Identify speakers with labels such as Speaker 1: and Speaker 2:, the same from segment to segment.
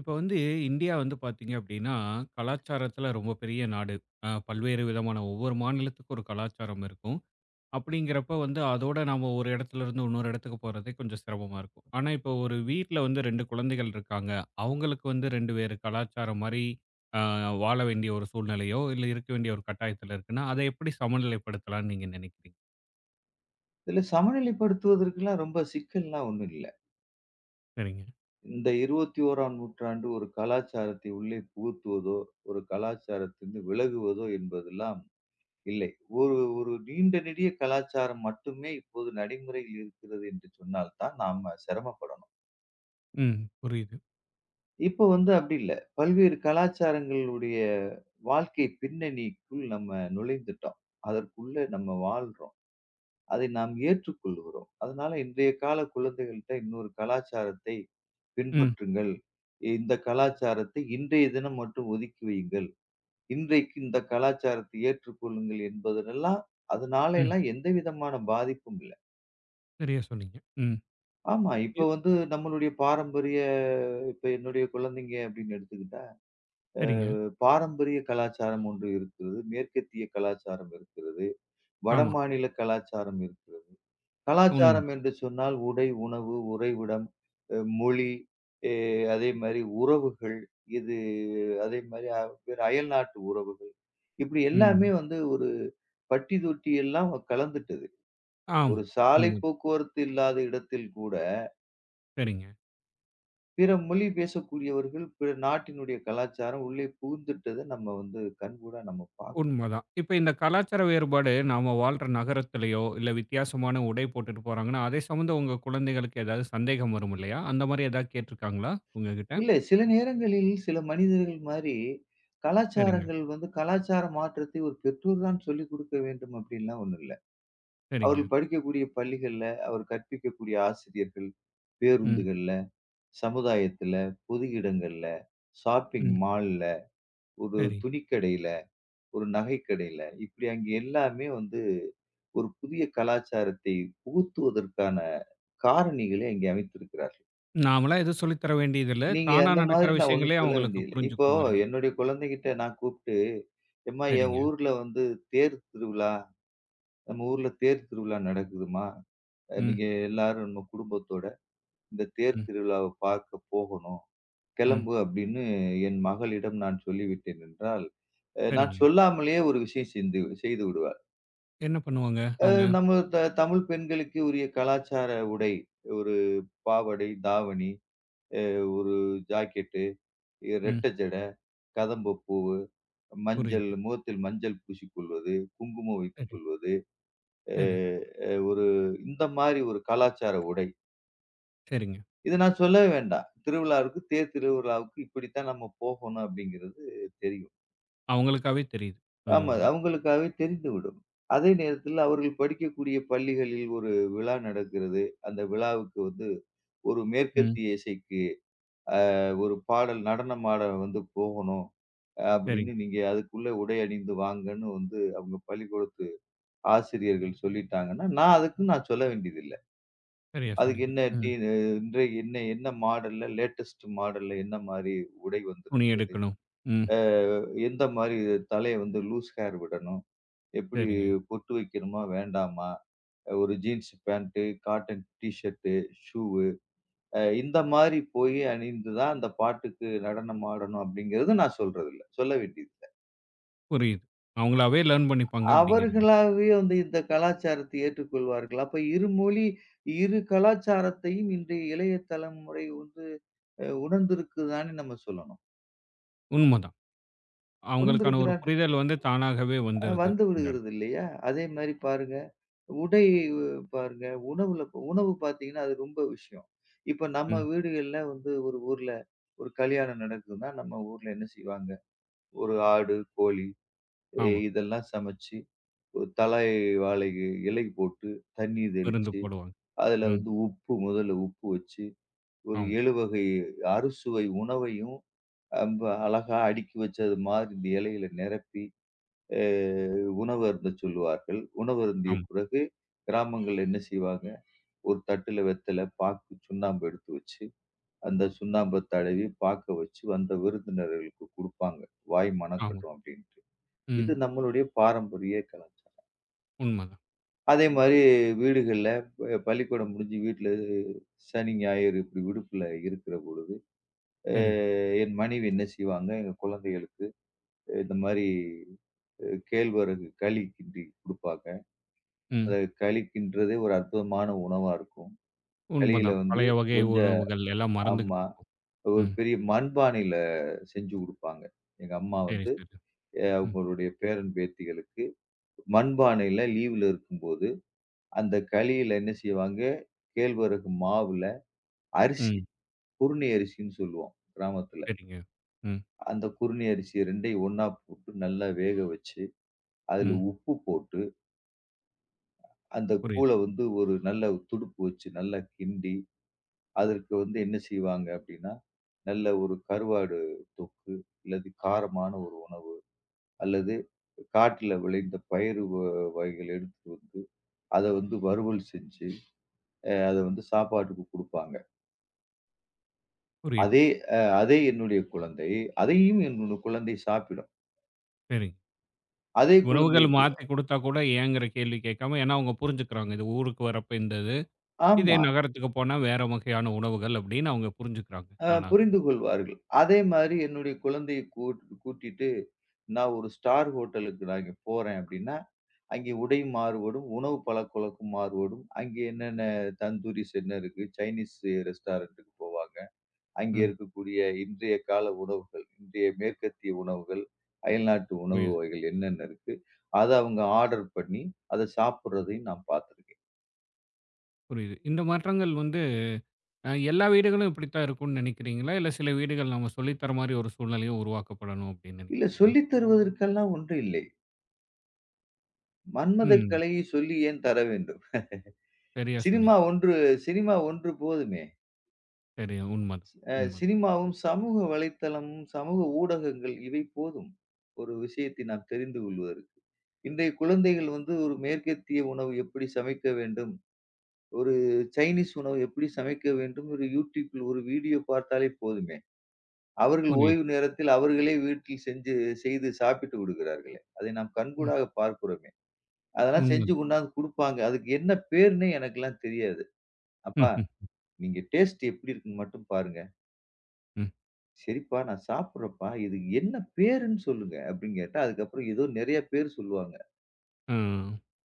Speaker 1: இப்ப வந்து இந்தியா வந்து பார்த்தீங்க அப்படின்னா, கலாச்சாரத்துல ரொம்ப பெரிய நாடு. பல்வேறு விதமான ஒவ்வொரு மாநிலத்துக்கும் ஒரு கலாச்சாரம் இருக்கும். அப்படிங்கிறப்ப வந்து அதோட நாம ஒரு இடத்துலருந்து இன்னொரு இடத்துக்கு போறதே கொஞ்சம் சிரமமா இருக்கும். ஆனா, இப்போ ஒரு வீட்ல வந்து 2 குழந்தைகள் இருக்காங்க. அவங்களுக்கு வந்து 2 வேறு கலாச்சாரம் மாரி அ வாழ வேண்டிய ஒரு சூழ்நிலையோ, இல்ல இருக்க வேண்டிய ஒரு கட்டாயத்துல இருக்குன்னா, அதை எப்படி சமநிலைப்படுத்தலாம்ன்னு நீங்க நினைக்கிறீங்க?
Speaker 2: இதில சமநிலைப்படுத்துவதற்கெல்லாம் ரொம்ப சிக்கல்லாம் ஒண்ணும் இல்ல.
Speaker 1: சரிங்க.
Speaker 2: இந்த 21ஆம் நூற்றாண்டு ஒரு கலாச்சாரத்தை உள்ளே புகுத்துவதோ, ஒரு கலாச்சாரத்திலிருந்து விலகுவதோ என்பதெல்லாம் இல்லை. ஒரு ஒரு நீண்ட நெடிய கலாச்சாரம் மட்டுமே இப்போது நடைமுறையில் இருக்கிறது என்று சொன்னால் தான் நாம சிரமப்படணும்.
Speaker 1: ம். புரியுது.
Speaker 2: இப்ப வந்து அப்படி இல்ல. பல்வேறு கலாச்சாரங்களுடைய வாழ்க்கை பின்னணிக்குள் நம்ம நுழைந்துட்டோம். அதற்குள்ள நம்ம வாழ்றோம். அதை நாம் ஏற்றுக்கொள்கிறோம். அதனால இன்றைய கால குழந்தைகள்ட்ட இன்னொரு கலாச்சாரத்தை
Speaker 1: ம்,
Speaker 2: பின்பற்றுங்கள். இந்த கலாச்சாரத்தை இன்றைய தினம் மட்டும் ஒதுக்கி வையுங்கள். இன்றைக்கு இந்த கலாச்சாரத்தை ஏற்றுக்கொள்ளுங்கள் என்பதெல்லாம் அதனால
Speaker 1: ம்.
Speaker 2: எல்லாம் எந்த விதமான பாதிப்பும் இல்ல.
Speaker 1: சரியா சொன்னீங்க. ம்.
Speaker 2: ஆமா,
Speaker 1: இ
Speaker 2: இப்ப வந்து நம்மளுடைய பாரம்பரிய இப்ப என்னுடைய குழந்தைங்க அப்படின்னு எடுத்துக்கிட்டா,
Speaker 1: சரிங்க.
Speaker 2: பாரம்பரிய கலாச்சாரம் ஒன்று இருக்கிறது. மேற்கத்திய கலாச்சாரம் இருக்கிறது.
Speaker 1: ஆமா.
Speaker 2: வடமாநில கலாச்சாரம் இருக்கிறது. கலாச்சாரம்
Speaker 1: உண்மைதான்.
Speaker 2: என்று சொன்னால் உடை, உணவு, உறைவிடம், மொழி, எ அதே மாரி உறவுகள். இது அதே மாரி வேற அயல்நாட்டு உறவுகள். இப்படி எல்லாமே
Speaker 1: ம்.
Speaker 2: வந்து ஒரு பட்டி தொட்டி எல்லாம் கலந்துட்டது.
Speaker 1: ஆமா.
Speaker 2: ஒரு சாலை
Speaker 1: உண்ம.
Speaker 2: போக்குவரத்து இல்லாத இடத்தில் கூட,
Speaker 1: சரிங்க.
Speaker 2: பிற மொழி பேசக்கூடியவர்கள் பிற நாட்டினுடைய கலாச்சாரம் உள்ளே புகுந்துட்டத நம்ம வந்து கண்கூடா நம்ம
Speaker 1: உண்மதான். இப்ப இந்த கலாச்சார வேறுபாடு நாம வாழ்ற நகரத்திலயோ, இல்ல வித்தியாசமான உடை போட்டுட்டு போறாங்கன்னா, அதை சம்மந்த உங்க குழந்தைகளுக்கு ஏதாவது சந்தேகம் வரும் இல்லையா? அந்த மாரி ஏதாவது கேட்டுருக்காங்களா உங்ககிட்ட?
Speaker 2: இல்ல, சில நேரங்களில் சில மனிதர்கள் மாரி,
Speaker 1: சரிங்க,
Speaker 2: கலாச்சாரங்கள் வந்து கலாச்சார மாற்றத்தை ஒரு பெற்றோர் தான் சொல்லிக் கொடுக்க வேண்டும் அப்படின்லாம் ஒண்ணும் இல்ல.
Speaker 1: சரிங்க.
Speaker 2: அவர்கள் படிக்கக்கூடிய பள்ளிகள்ல, அவர் கற்பிக்கக்கூடிய ஆசிரியர்கள்,
Speaker 1: ம்,
Speaker 2: பேருந்துகள்ல, சமுதாயத்துல, பொது இடங்கள்ல, ஷாப்பிங்
Speaker 1: ம்.
Speaker 2: மால்ல, ஒரு
Speaker 1: சரி.
Speaker 2: துணிக்கடையில, ஒரு நகைக்கடையில, இப்படி அங்க எல்லாமே வந்து ஒரு புதிய கலாச்சாரத்தை புகுத்துவதற்கான காரணிகளை அங்கே அமைத்திருக்கிறார்கள்.
Speaker 1: நாமலாம் எதுவும் சொல்லி தர வேண்டியதில்ல.
Speaker 2: நீங்க
Speaker 1: தானா
Speaker 2: அந்த
Speaker 1: நடக்கிற
Speaker 2: மாதிரி நான்
Speaker 1: விஷயங்களே
Speaker 2: ஒண்ணும் சொல்ல
Speaker 1: அவங்களுக்கு
Speaker 2: வேண்டியதில்ல. இப்போ
Speaker 1: புரிஞ்சுக்குங்கிறீங்க.
Speaker 2: என்னுடைய குழந்தைகிட்ட நான் கூப்ட்டு, எம்மா என்
Speaker 1: சரிங்க.
Speaker 2: ஊர்ல வந்து தேர் திருவிழா, நம்ம ஊர்ல தேர் திருவிழா நடக்குதும்மா.
Speaker 1: ம்,
Speaker 2: நீங்க எல்லாரும் நம்ம குடும்பத்தோட இந்த தேர்
Speaker 1: ம்,
Speaker 2: திருவிழாவ பார்க்க போகணும்.
Speaker 1: ம்.
Speaker 2: கிளம்பு அப்படின்னு என் மகளிடம் நான் சொல்லிவிட்டேன் என்றால், நான்
Speaker 1: சரிங்க.
Speaker 2: சொல்லாமலேயே ஒரு விஷயம் செய்து விடுவாள்.
Speaker 1: என்ன பண்ணுவாங்க
Speaker 2: அ
Speaker 1: அவங்க?
Speaker 2: நம்ம தமிழ் பெண்களுக்கு உரிய கலாச்சார உடை, ஒரு பாவாடை, தாவணி, ஒரு ஜாக்கெட்டு,
Speaker 1: ம்.
Speaker 2: 2 ஜடை, கதம்ப பூவு மஞ்சள்
Speaker 1: புரியுது.
Speaker 2: முகத்தில் மஞ்சள் பூசிக்கொள்வது, குங்குமம் வைத்துக்
Speaker 1: சரி,
Speaker 2: கொள்வது, அ
Speaker 1: சரி,
Speaker 2: அ ஒரு இந்த மாரி ஒரு கலாச்சார உடை.
Speaker 1: சரிங்க.
Speaker 2: இது நான் சொல்லவே வேண்டாம். திருவிழாவிற்கு, தேர் திருவிழாவுக்கு இப்படித்தான் நம்ம போகணும் அப்படிங்கிறது தெரியும்.
Speaker 1: அவங்களுக்காவே தெரியுது. அந்த
Speaker 2: ஆமா,
Speaker 1: இதுல.
Speaker 2: அவங்களுக்காகவே தெரிந்துவிடும். அதே நேரத்தில் அவர்கள் படிக்கக்கூடிய பள்ளிகளில் ஒரு விழா நடக்கிறது. அந்த விழாவுக்கு வந்து ஒரு
Speaker 1: ம்.
Speaker 2: மேற்கத்திய இசைக்கு ஒரு பாடல் நடனம் ஆட வந்து போகணும். அப்படின்னு
Speaker 1: சரிங்க.
Speaker 2: நீங்க அதுக்குள்ள உடை அணிந்து வாங்கன்னு வந்து அவங்க பள்ளிக்கூடத்து ஆசிரியர்கள் சொல்லிட்டாங்கன்னா, நான் அதுக்கு நான் சொல்ல வேண்டியதில்ல.
Speaker 1: சரியா
Speaker 2: அதுக்கு
Speaker 1: சொன்னீங்க.
Speaker 2: என்ன
Speaker 1: ம்.
Speaker 2: டீ இன்றைக்கு என்ன என்ன மாடல்ல லேட்டஸ்ட் மாடல்ல என்ன மாரி உடை
Speaker 1: துணி
Speaker 2: வந்திருக்கு?
Speaker 1: எடுக்கணும். ம்.
Speaker 2: அ எந்த மாரி தலைய வந்து லூஸ் ஹேர் விடணும்? எப்படி
Speaker 1: சரிங்க.
Speaker 2: பொட்டு வைக்கணுமா? வேண்டாமா? ஒரு jeans pant, cotton T shirt, ஷூவு இந்த மாரி போய் அணிந்து தான் அந்த பாட்டுக்கு நடனம் ஆடணும் அப்படிங்கிறது நான் சொல்றதில்ல. சொல்ல வேண்டியதில்ல.
Speaker 1: புரியுது. அவங்களாவே லேர்ன் பண்ணிப்பாங்க அப்படிங்கிறீங்க.
Speaker 2: அவர்களாகவே வந்து இந்த கலாச்சாரத்தை ஏற்றுக்கொள்வார்கள். அப்ப இருமொழி, இரு கலாச்சாரத்தையும் இன்றைய இளைய தலைமுறை வந்து உணர்ந்திருக்குதான்னு நம்ம சொல்லணும்.
Speaker 1: உண்மதான். அவங்களுக்கான ஒரு
Speaker 2: உணர்ந்திருக்கிறார்
Speaker 1: புரிதல் வந்து தானாகவே வந்துருது
Speaker 2: வந்து
Speaker 1: இந்த இடத்துல.
Speaker 2: விடுகிறது இல்லையா? அதே மாரி பாருங்க, உடை பாருங்க, உணவுல உணவு பார்த்தீங்கன்னா, அது ரொம்ப விஷயம். இப்ப நம்ம
Speaker 1: ம்.
Speaker 2: வீடுகள்ல வந்து ஒரு ஊர்ல ஒரு கல்யாணம் நடக்குதுன்னா, நம்ம ஊர்ல என்ன செய்வாங்க? ஒரு ஆடு, கோழி
Speaker 1: ஆமா.
Speaker 2: இதெல்லாம் சமைச்சு, ஒரு தலை வாழை இலை போட்டு, தண்ணீர்
Speaker 1: விருந்து
Speaker 2: தெளிச்சு
Speaker 1: போடுவாங்க.
Speaker 2: அதுல
Speaker 1: ம்.
Speaker 2: வந்து உப்பு முதல்ல உப்பு வச்சு, ஒரு
Speaker 1: ஆமா,
Speaker 2: 7 வகை அறுசுவை உணவையும் அம்ப அழகா அடுக்கி வச்சு, அது மாதிரி இந்த இலையில நிரப்பி, அ உணவு அருந்த சொல்லுவார்கள். உணவு அருந்திய
Speaker 1: ஆமா,
Speaker 2: பிறகு, கிராமங்கள்ல என்ன செய்வாங்க, ஒரு தட்டுல வெத்தல, பாக்கு, சுண்ணாம்பு எடுத்து வச்சு, அந்த சுண்ணாம்ப தடவி பாக்க வச்சு, வந்த விருந்தினர்களுக்கு குடுப்பாங்க. வாய்
Speaker 1: ஆமா.
Speaker 2: மணக்கட்டும் அப்படின்ட்டு. இது
Speaker 1: ம்.
Speaker 2: நம்மளுடைய பாரம்பரிய கலாச்சாரம்.
Speaker 1: உண்மதான்.
Speaker 2: அதே மாரி வீடுகள்ல பள்ளிக்கூடம் முடிஞ்சு வீட்ல சனி, ஞாயிறு இப்படி விடுப்புல இருக்கிற பொழுது, அ
Speaker 1: சரிங்க.
Speaker 2: என் மனைவி என்ன செய்வாங்க, எங்க குழந்தைகளுக்கு இந்த மாரி கேழ்வரகு களி கிண்டி குடுப்பாங்க. அத
Speaker 1: ம்.
Speaker 2: களி கிண்டுறதே ஒரு அற்புதமான உணவா இருக்கும். களியில
Speaker 1: உண்மதான்.
Speaker 2: வந்து
Speaker 1: பழைய வகை
Speaker 2: கொஞ்சம்
Speaker 1: உணவுகள் எல்லாம் மறந்துகிட்டு
Speaker 2: ஆமா.
Speaker 1: இருக்கோம்.
Speaker 2: ஒரு
Speaker 1: ம்.
Speaker 2: பெரிய மண்பானையில செஞ்சு குடுப்பாங்க. எங்க அம்மா
Speaker 1: சரி,
Speaker 2: வந்து
Speaker 1: சரி. ம்.
Speaker 2: அவங்களுடைய பேரன், பேத்திகளுக்கு மண்பானையில லீவுல இருக்கும்போது, அந்த களியில என்ன செய்வாங்க, கேழ்வரகு மாவுல அரிசி,
Speaker 1: ம்.
Speaker 2: குறுனி அரிசின்னு சொல்லுவோம் கிராமத்துல.
Speaker 1: சரிங்க. ம்.
Speaker 2: அந்த குறுனி அரிசி 2யும் ஒண்ணா போட்டு நல்லா வேக வச்சு, அதுல
Speaker 1: ம்.
Speaker 2: உப்பு போட்டு, அந்த
Speaker 1: புரியுது,
Speaker 2: கூழ வந்து ஒரு நல்ல துடுப்பு வச்சு நல்லா கிண்டி, அதற்கு வந்து என்ன செய்வாங்க அப்டின்னா, நல்ல ஒரு கருவாடு தொக்கு, அல்லது காரமான ஒரு உணவு, அல்லது காட்டுல விளைந்த பயிறு வகைகள் எடுத்துட்டு வந்து, அத வந்து வறுவல் செஞ்சு, அத வந்து சாப்பாட்டுக்கு குடுப்பாங்க.
Speaker 1: புரியுது.
Speaker 2: அதே அதே என்னுடைய குழந்தை, அதையும் என்னோட குழந்தை சாப்பிடும்.
Speaker 1: சரிங்க.
Speaker 2: அதே குழந்தை
Speaker 1: உறவுகள் மாத்தி குடுத்தா கூட ஏங்கிற கேள்வி கேட்காம, ஏன்னா அவங்க புரிஞ்சுக்கிறாங்க. இது ஊருக்கு வரப்ப இந்த இது. இதே
Speaker 2: ஆமா.
Speaker 1: நகரத்துக்கு போனா வேற வகையான உணவுகள் அப்படின்னு அவங்க புரிஞ்சுக்கிறாங்க தானா.
Speaker 2: புரிந்து கொள்வார்கள். அதே மாரி என்னுடைய குழந்தையை கூட்டிட்டு நான் ஒரு ஸ்டார் ஹோட்டலுக்கு நான் இங்க போறேன் அப்டின்னா, அங்கே உடை மாறுபடும், உணவு பழக்கவழக்கம் மாறுபடும். அங்கே என்னென்ன தந்தூரிஸ் என்ன இருக்கு, சைனீஸ் ரெஸ்டாரண்ட்டுக்கு போவாங்க. அங்கே
Speaker 1: ம்.
Speaker 2: இருக்கக்கூடிய இன்றைய கால உணவுகள், இன்றைய மேற்கத்திய உணவுகள், அயல்நாட்டு உணவு
Speaker 1: புரியுது,
Speaker 2: வகைகள் என்னென்ன இருக்கு, அத அவங்க ஆர்டர் பண்ணி அத சாப்பிடுறதையும் நான் பார்த்துருக்கேன்.
Speaker 1: புரியுது. இந்த மாற்றங்கள் வந்து எல்லா வீடுகளும் இப்படித்தான் இருக்கும்னு நினைக்கிறீங்களா? இல்ல சில வீடுகள் நம்ம சொல்லி தர மாரி ஒரு சூழ்நிலையும் உருவாக்கப்படணும் அப்படின்னு
Speaker 2: இல்ல
Speaker 1: நினைக்கிறீங்களா?
Speaker 2: சொல்லித் தருவதற்கெல்லாம் ஒன்றும் இல்லை. மன்மத
Speaker 1: ம்.
Speaker 2: கலையை சொல்லி ஏன் தர வேண்டும்?
Speaker 1: சரியா
Speaker 2: சினிமா
Speaker 1: சொன்னீங்க.
Speaker 2: ஒன்று சினிமா ஒன்று போதுமே!
Speaker 1: சரியா உண்மதான், உண்மதான்.
Speaker 2: சினிமாவும், சமூக வலைத்தளமும், சமூக ஊடகங்கள் இவை போதும். ஒரு விஷயத்தை நாம் தெரிந்து கொள்வதற்கு. இன்றைய குழந்தைகள் வந்து ஒரு மேற்கத்திய உணவு எப்படி சமைக்க வேண்டும்? ஒரு சைனீஸ் உணவு எப்படி சமைக்க வேண்டும்? ஒரு YouTubeல் ஒரு வீடியோ பார்த்தாலே போதுமே! அவர்கள்
Speaker 1: புரியுது.
Speaker 2: ஓய்வு நேரத்தில் அவர்களே வீட்டில் செய்து சாப்பிட்டு விடுகிறார்களே! அதை நாம்
Speaker 1: ம்.
Speaker 2: கண்கூடாக பார்க்கிறோமே! அதெல்லாம் செஞ்சு
Speaker 1: உண்மதான்.
Speaker 2: கொண்டாந்து குடுப்பாங்க. அதுக்கு என்ன பேருன்னே எனக்கெல்லாம் தெரியாது. "அப்பா,
Speaker 1: ம், ம்,
Speaker 2: நீங்க டேஸ்ட் எப்படி இருக்குன்னு மட்டும் பாருங்க."
Speaker 1: ம்.
Speaker 2: சரிப்பா நான் சாப்பிடுறேன்ப்பா. இதுக்கு என்ன பேருன்னு சொல்லுங்க அப்படின்னு கேட்டா, அதுக்கப்புறம் ஏதோ நெறைய பேர் சொல்லுவாங்க.
Speaker 1: ஆ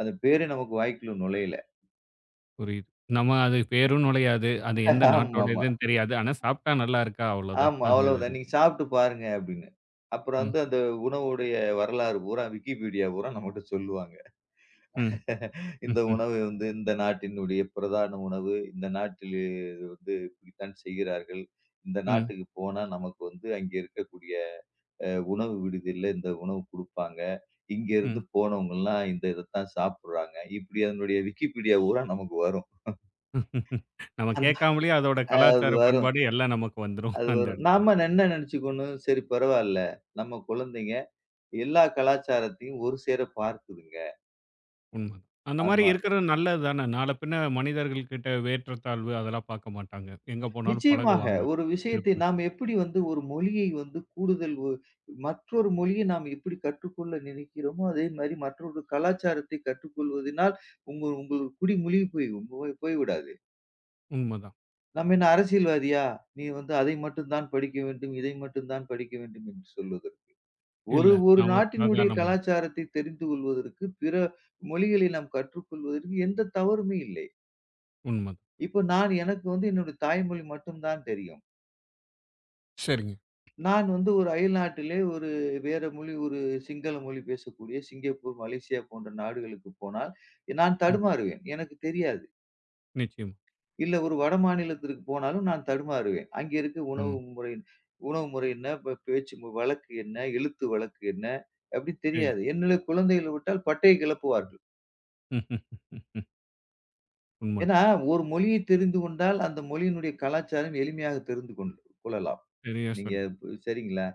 Speaker 2: அந்த பேரே நமக்கு வாய்க்குள்ள நுழையல.
Speaker 1: புரியுது. நம்ம அது பேரும் நுழையாது. அது எந்த
Speaker 2: ஆமாமா.
Speaker 1: நாட்டோட
Speaker 2: ஆமா,
Speaker 1: இதுன்னு தெரியாது. ஆனா சாப்பிட்டா நல்லா இருக்கா? அவ்வளோதான்.
Speaker 2: ஆமா,
Speaker 1: அந்த இதுல.
Speaker 2: அவ்வளவுதான். நீங்க சாப்பிட்டு பாருங்க அப்படின்னு. அப்புறம்
Speaker 1: ம்,
Speaker 2: வந்து அந்த உணவுடைய வரலாறு பூரா விக்கிபீடியா பூரா நம்மட்ட சொல்லுவாங்க.
Speaker 1: ம், ம்,
Speaker 2: இந்த
Speaker 1: ம்,
Speaker 2: உணவு வந்து இந்த நாட்டினுடைய பிரதான உணவு. இந்த நாட்டில் இது வந்து இப்படித்தான் செய்கிறார்கள். இந்த
Speaker 1: ம்,
Speaker 2: நாட்டுக்கு போனா நமக்கு வந்து அங்க இருக்கக்கூடிய உணவு விடுதியில இந்த உணவு குடுப்பாங்க. இங்க இருந்து
Speaker 1: ம்.
Speaker 2: போனவங்கலாம் இந்த இதத்தான் சாப்பிடுறாங்க. இப்படி அதனுடைய விக்கிபீடியா பூரா நமக்கு வரும்.
Speaker 1: நம்ம
Speaker 2: அந்த
Speaker 1: கேட்காமலேயே அதோட
Speaker 2: அது
Speaker 1: கலாச்சார
Speaker 2: வரும்,
Speaker 1: பண்பாடு எல்லாம் நமக்கு வந்துரும்
Speaker 2: அது
Speaker 1: அந்த
Speaker 2: வரும்.
Speaker 1: இடத்துல.
Speaker 2: நாம என்ன நெனச்சுக்கணும், சரி பரவால்ல. நம்ம குழந்தைங்க எல்லா கலாச்சாரத்தையும் ஒரு சேர பார்க்குதுங்க.
Speaker 1: உண்மதான். அந்த மாரி
Speaker 2: ஆமா.
Speaker 1: இருக்கிறது நல்லது தானே! நாள பின்ன மனிதர்கள் கிட்ட வேற்றத்தாழ்வு அதெல்லாம் பார்க்க மாட்டாங்க. எங்க போனாலும்
Speaker 2: நிச்சயமாக
Speaker 1: பழகுவாங்க.
Speaker 2: ஒரு விஷயத்தை
Speaker 1: இருப்பினும்
Speaker 2: நாம் எப்படி வந்து ஒரு மொழியை வந்து கூடுதல் மற்றொரு மொழியை நாம் எப்படி கற்றுக்கொள்ள நினைக்கிறோமோ, அதே மாரி மற்றொரு கலாச்சாரத்தை கற்றுக்கொள்வதினால் உங்கள் குடி முழுகி போய் போய் போய்விடாது.
Speaker 1: உண்மதான்.
Speaker 2: நம்ம என்ன அரசியல்வாதியா? நீ வந்து அதை மட்டும் தான் படிக்க வேண்டும், இதை மட்டும் தான் படிக்க வேண்டும் என்று சொல்வதற்கு.
Speaker 1: இல்ல
Speaker 2: ஒரு ஒரு
Speaker 1: நான் ஒரு
Speaker 2: நாட்டினுடைய
Speaker 1: சாதாரண மனிதர்.
Speaker 2: கலாச்சாரத்தை தெரிந்து கொள்வதற்கு, பிற மொழிகளை நாம் கற்றுக்கொள்வதற்கு எந்த தவறுமே இல்லை.
Speaker 1: உண்மதான்.
Speaker 2: இப்போ நான் எனக்கு வந்து என்னுடைய தாய்மொழி மட்டும் தான் தெரியும்.
Speaker 1: சரிங்க.
Speaker 2: நான் வந்து ஒரு அயல்நாட்டிலே ஒரு வேற மொழி ஒரு சிங்கள மொழி பேசக்கூடிய சிங்கப்பூர், மலேசியா போன்ற நாடுகளுக்கு போனால் நான்
Speaker 1: ம்.
Speaker 2: தடுமாறுவேன். எனக்கு தெரியாது.
Speaker 1: நிச்சயமா.
Speaker 2: இல்ல ஒரு வட மாநிலத்திற்கு போனாலும் நான் தடுமாறுவேன். அங்க இருக்க உணவு
Speaker 1: ம்.
Speaker 2: முறை. உணவு முறை என்ன? பேச்சு வழக்கு என்ன? எழுத்து வழக்கு என்ன? அப்படி
Speaker 1: சரி.
Speaker 2: தெரியாது. என்னுடைய குழந்தைகளை விட்டால் பட்டையை கிளப்புவார்கள்.
Speaker 1: உண்மதான்.
Speaker 2: ஏன்னா, ஒரு மொழியை தெரிந்து கொண்டால், அந்த மொழியினுடைய கலாச்சாரம் எளிமையாக தெரிந்து கொள் கொள்ளலாம்.
Speaker 1: சரியா
Speaker 2: நீங்க
Speaker 1: சொன்னீங்க.
Speaker 2: சரிங்களா?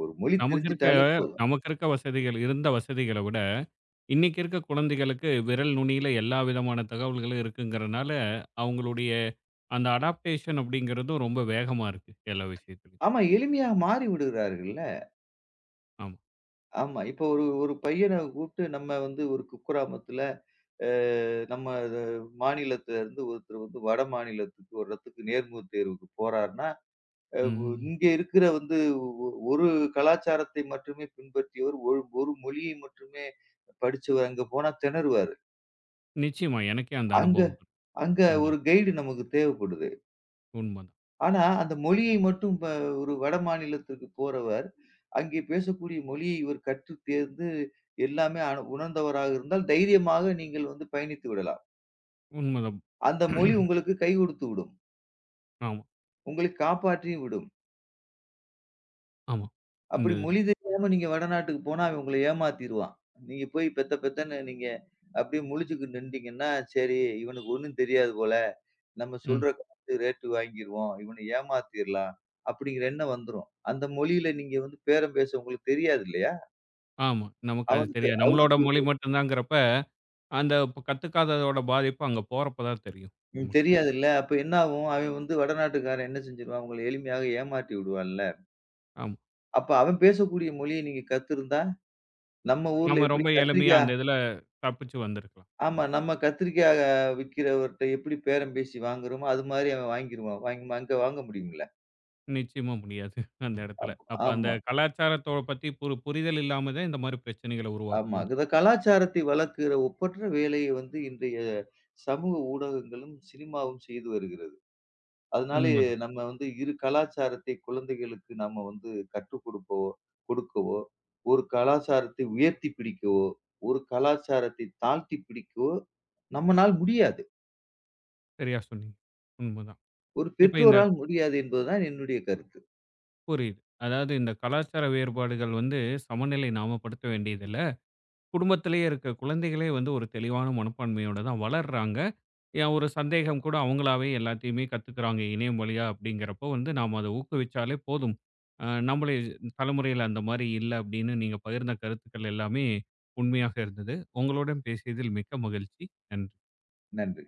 Speaker 2: ஒரு மொழி
Speaker 1: நமக்கு இருக்க
Speaker 2: தெரிஞ்சுட்டாலே போதும்.
Speaker 1: நமக்கு இருக்க வசதிகள் இருந்த வசதிகள விட, இன்னைக்கு இருக்க குழந்தைகளுக்கு விரல் நுனியில எல்லா விதமான தகவல்களும் இருக்குங்கிறனால, அவங்களுடைய அந்த அடாப்டேஷன் அப்படிங்கிறதும் ரொம்ப வேகமா இருக்கு. எல்லா விஷயத்திலும்.
Speaker 2: ஆமா, எளிமையா மாறி விடுகிறார்கள்ல.
Speaker 1: ஆமா.
Speaker 2: ஆமா. இப்ப ஒரு ஒரு பையன கூப்பிட்டு நம்ம வந்து ஒரு குக்கிராமத்துல அ நம்ம மாநிலத்திலருந்து ஒருத்தர் வந்து வட மாநிலத்துக்கு ஒரு இடத்துக்கு நேர்முகத் தேர்வுக்கு போறாருன்னா,
Speaker 1: ம்.
Speaker 2: இங்க இருக்கிற வந்து ஒரு கலாச்சாரத்தை மட்டுமே பின்பற்றியவர், ஒரு ஒரு மொழியை மட்டுமே படிச்சவர் அங்க போனா திணறுவாரு.
Speaker 1: நிச்சயமா. எனக்கே அந்த
Speaker 2: அங்க
Speaker 1: அனுபவம் இருக்கு.
Speaker 2: அங்க
Speaker 1: இந்த
Speaker 2: ஒரு கைடு நமக்கு தேவைப்படுது.
Speaker 1: உண்மதான்.
Speaker 2: ஆனா, அந்த மொழியை மட்டும் ஒரு வட மாநிலத்திற்கு போறவர், அங்கே பேசக்கூடிய மொழியை இவர் கற்று தேர்ந்து எல்லாமே உணர்ந்தவராக இருந்தால் தைரியமாக நீங்கள் வந்து பயணித்து விடலாம்.
Speaker 1: உண்மதான்.
Speaker 2: அந்த மொழி உங்களுக்கு கை கொடுத்துவிடும்.
Speaker 1: ஆமா,
Speaker 2: உங்களை காப்பாற்றியும் விடும்.
Speaker 1: ஆமா. இந்த
Speaker 2: அப்படி
Speaker 1: இதுல.
Speaker 2: மொழி தெரியாம நீங்க வடநாட்டுக்கு போனா, அவன் உங்கள ஏமாத்திருவான். நீங்க போய் பெத்த பெத்தன்னு நீங்க அப்படியே முழிச்சுக்கிட்டு நின்டீங்கன்னா, சரி இவனுக்கு ஒண்ணும் தெரியாது போல. நம்ம
Speaker 1: ம்.
Speaker 2: சொல்ற காசு ரேட்டு வாங்கிருவோம். இவன ஏமாத்திரலாம். அப்படிங்கிற எண்ணம் வந்துரும். அந்த மொழியில நீங்க வந்து பேரம் பேச உங்களுக்கு தெரியாது இல்லையா?
Speaker 1: ஆமா. நமக்கு அது
Speaker 2: அவனுக்கு
Speaker 1: தெரியாது. நம்மளோட
Speaker 2: அவனுக்கு
Speaker 1: மொழி மட்டும்தாங்கிறப்ப, அந்த இப்ப கத்துக்காததோட பாதிப்பு அங்க போறப்ப தான் தெரியும்
Speaker 2: ம்
Speaker 1: நமக்கு.
Speaker 2: தெரியாதுல்ல. அப்ப என்ன ஆகும்? அவன் வந்து வடநாட்டுக்காரன் என்ன செஞ்சுருவான்? உங்கள எளிமையாக ஏமாற்றி விடுவான்ல.
Speaker 1: ஆமா.
Speaker 2: அப்ப அவன் பேசக்கூடிய மொழிய நீங்க கத்திருந்தா, நம்ம ஊர்ல
Speaker 1: நம்ம
Speaker 2: எப்படி
Speaker 1: ரொம்ப எளிமையா
Speaker 2: கத்திரிக்கா
Speaker 1: அந்த இதுல தப்பிச்சு வந்திருக்கலாம்.
Speaker 2: ஆமா.
Speaker 1: ம்.
Speaker 2: நம்ம கத்திரிக்காய் விக்கிறவர்ட்ட எப்படி பேரம் பேசி வாங்குறோமோ, அது மாரி அவன் வாங்கிருவான். வாங்கி அங்க வாங்க முடியும்ல.
Speaker 1: நிச்சயமா முடியாது அந்த இடத்துல.
Speaker 2: அப்
Speaker 1: அப்ப அந்த
Speaker 2: ஆமா,
Speaker 1: கலாச்சாரத்தோட பத்தி ஒரு புரிதல் இல்லாம தான் இந்த மாரி பிரச்சனைகள
Speaker 2: ஆமா.
Speaker 1: உருவாக்குதுன்னு
Speaker 2: இந்த கலாச்சாரத்தை வளர்க்கிற ஒப்பற்ற வேலையை வந்து இன்றைய சமூக ஊடகங்களும், சினிமாவும் செய்து வருகிறது. அதனாலே
Speaker 1: உண்மதான்.
Speaker 2: நம்ம வந்து இரு கலாச்சாரத்தை குழந்தைகளுக்கு நம்ம வந்து கற்றுக் கொடுப்பவோ, கொடுக்கவோ, ஒரு கலாச்சாரத்தை உயர்த்தி பிடிக்கவோ, ஒரு கலாச்சாரத்தை தாழ்த்தி பிடிக்கவோ நம்மனால் முடியாது.
Speaker 1: சரியா சொன்னீங்க. உண்மதான்.
Speaker 2: ஒரு
Speaker 1: இப்ப இந்த
Speaker 2: பெற்றோரால் முடியாது என்பதுதான் என்னுடைய கருத்து.
Speaker 1: புரியுது. அதாவது இந்த கலாச்சார வேறுபாடுகள் வந்து சமநிலை நாம படுத்த வேண்டியதில்ல. குடும்பத்திலேயே இருக்க குழந்தைகளே வந்து ஒரு தெளிவான மனப்பான்மையோட தான் வளர்றாங்க. ஏன் ஒரு சந்தேகம் கூட அவங்களாவே எல்லாத்தையுமே கத்துக்கிறாங்க இணையம் வழியா அப்படிங்கிறப்போ வந்து நாம அத ஊக்குவிச்சாலே போதும். நம்முடைய தலைமுறையில அந்த மாரி இல்ல அப்படின்னு நீங்க பகிர்ந்த கருத்துக்கள் எல்லாமே உண்மையாக இருந்தது. உங்களுடன் பேசியதில் மிக்க மகிழ்ச்சி. நன்றி.
Speaker 2: நன்றி.